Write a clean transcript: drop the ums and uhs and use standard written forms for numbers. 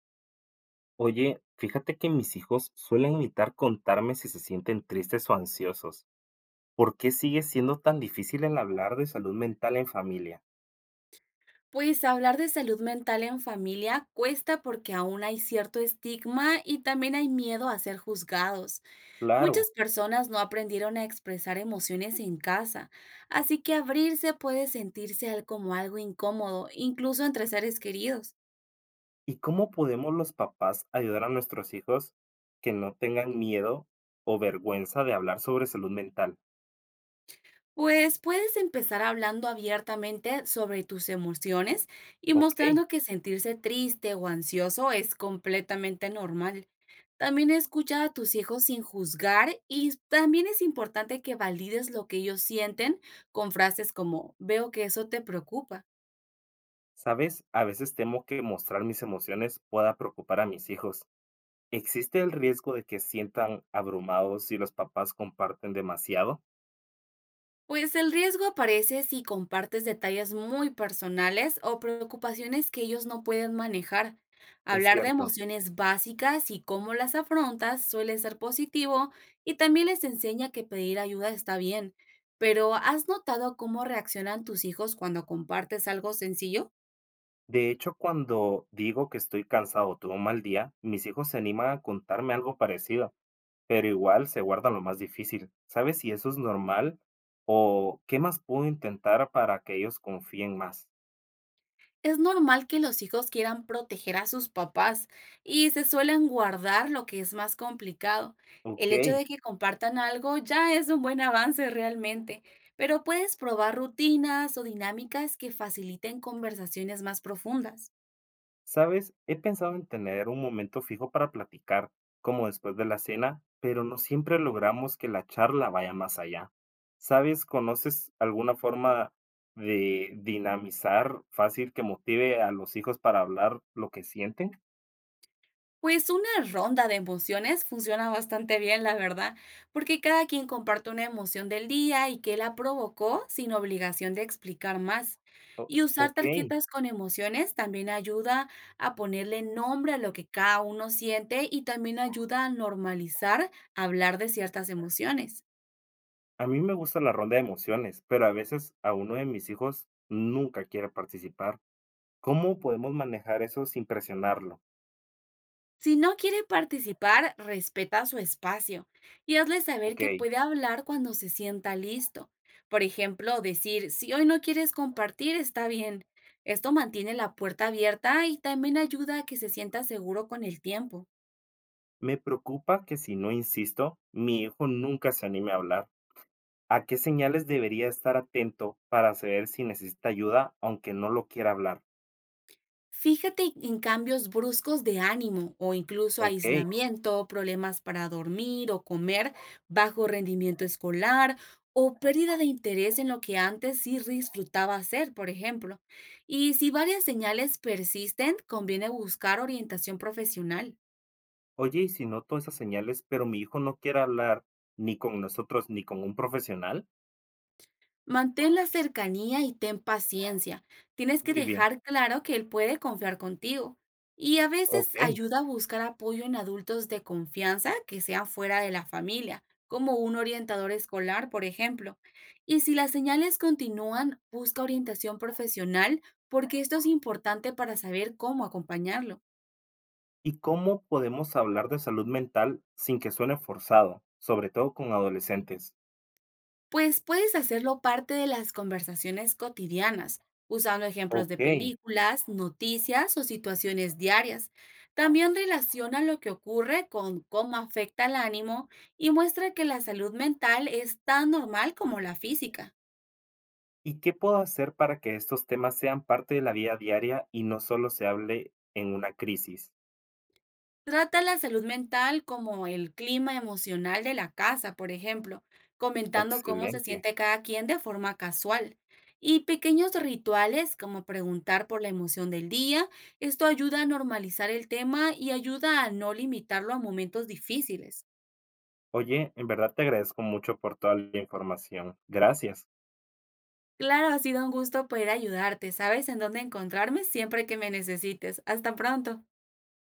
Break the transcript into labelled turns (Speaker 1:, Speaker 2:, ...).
Speaker 1: Oye, fíjate que mis hijos suelen evitar contarme si se sienten tristes o ansiosos. ¿Por qué sigue siendo tan difícil el hablar de salud mental en familia?
Speaker 2: Pues hablar de salud mental en familia cuesta porque aún hay cierto estigma y también hay miedo a ser juzgados.
Speaker 1: Claro.
Speaker 2: Muchas personas no aprendieron a expresar emociones en casa, así que abrirse puede sentirse como algo incómodo, incluso entre seres queridos.
Speaker 1: ¿Y cómo podemos los papás ayudar a nuestros hijos que no tengan miedo o vergüenza de hablar sobre salud mental?
Speaker 2: Pues puedes empezar hablando abiertamente sobre tus emociones y
Speaker 1: Ok,
Speaker 2: mostrando que sentirse triste o ansioso es completamente normal. También escucha a tus hijos sin juzgar, y también es importante que valides lo que ellos sienten con frases como: veo que eso te preocupa.
Speaker 1: sabes, a veces temo que mostrar mis emociones pueda preocupar a mis hijos. ¿Existe el riesgo de que sientan abrumados si los papás comparten demasiado?
Speaker 2: Pues el riesgo aparece si compartes detalles muy personales o preocupaciones que ellos no pueden manejar.
Speaker 1: Es
Speaker 2: Hablar de
Speaker 1: cierto.
Speaker 2: emociones básicas y cómo las afrontas suele ser positivo, y también les enseña que pedir ayuda está bien. Pero, ¿has notado cómo reaccionan tus hijos cuando compartes algo sencillo?
Speaker 1: De hecho, cuando digo que estoy cansado o tuve un mal día, mis hijos se animan a contarme algo parecido, pero igual se guardan lo más difícil. ¿Sabes si eso es normal o qué más puedo intentar para que ellos confíen más?
Speaker 2: Es normal que los hijos quieran proteger a sus papás y se suelen guardar lo que es más complicado.
Speaker 1: Ok.
Speaker 2: El hecho de que compartan algo ya es un buen avance, realmente, pero puedes probar rutinas o dinámicas que faciliten conversaciones más profundas.
Speaker 1: Sabes, he pensado en tener un momento fijo para platicar, como después de la cena, pero no siempre logramos que la charla vaya más allá. ¿Sabes, conoces alguna forma de dinamizar fácil que motive a los hijos para hablar lo que sienten?
Speaker 2: Pues una ronda de emociones funciona bastante bien, la verdad, porque cada quien comparte una emoción del día y que la provocó, sin obligación de explicar más. Y usar
Speaker 1: Ok,
Speaker 2: tarjetas con emociones también ayuda a ponerle nombre a lo que cada uno siente, y también ayuda a normalizar hablar de ciertas emociones.
Speaker 1: a mí me gusta la ronda de emociones, pero a veces a uno de mis hijos nunca quiere participar. ¿Cómo podemos manejar eso sin presionarlo?
Speaker 2: Si no quiere participar, respeta su espacio y hazle saber
Speaker 1: Ok.
Speaker 2: que puede hablar cuando se sienta listo. Por ejemplo, decir: si hoy no quieres compartir, está bien. Esto mantiene la puerta abierta y también ayuda a que se sienta seguro con el tiempo.
Speaker 1: Me preocupa que si no insisto, mi hijo nunca se anime a hablar. ¿A qué señales debería estar atento para saber si necesita ayuda aunque no lo quiera hablar?
Speaker 2: Fíjate en cambios bruscos de ánimo o incluso
Speaker 1: Ok.
Speaker 2: aislamiento, problemas para dormir o comer, bajo rendimiento escolar o pérdida de interés en lo que antes sí disfrutaba hacer, por ejemplo. Y si varias señales persisten, conviene buscar orientación profesional.
Speaker 1: Oye, y si noto esas señales, pero mi hijo no quiere hablar ni con nosotros ni con un profesional.
Speaker 2: Mantén la cercanía y ten paciencia. Tienes que
Speaker 1: Muy bien.
Speaker 2: dejar claro que él puede confiar contigo. Y a
Speaker 1: Ok.
Speaker 2: veces ayuda a buscar apoyo en adultos de confianza que sean fuera de la familia, como un orientador escolar, por ejemplo. Y si las señales continúan, busca orientación profesional, porque esto es importante para saber cómo acompañarlo.
Speaker 1: ¿Y cómo podemos hablar de salud mental sin que suene forzado, sobre todo con adolescentes?
Speaker 2: Pues puedes hacerlo parte de las conversaciones cotidianas, usando ejemplos de
Speaker 1: Ok.
Speaker 2: películas, noticias o situaciones diarias. También relaciona lo que ocurre con cómo afecta al ánimo, y muestra que la salud mental es tan normal como la física.
Speaker 1: ¿Y qué puedo hacer para que estos temas sean parte de la vida diaria y no solo se hable en una crisis?
Speaker 2: Trata la salud mental como el clima emocional de la casa, por ejemplo, comentando cómo se
Speaker 1: Excelente.
Speaker 2: siente cada quien de forma casual. Y pequeños rituales como preguntar por la emoción del día, esto ayuda a normalizar el tema y ayuda a no limitarlo a momentos difíciles.
Speaker 1: Oye, en verdad te agradezco mucho por toda la información. Gracias.
Speaker 2: Claro, ha sido un gusto poder ayudarte. Sabes en dónde encontrarme siempre que me necesites. Hasta pronto.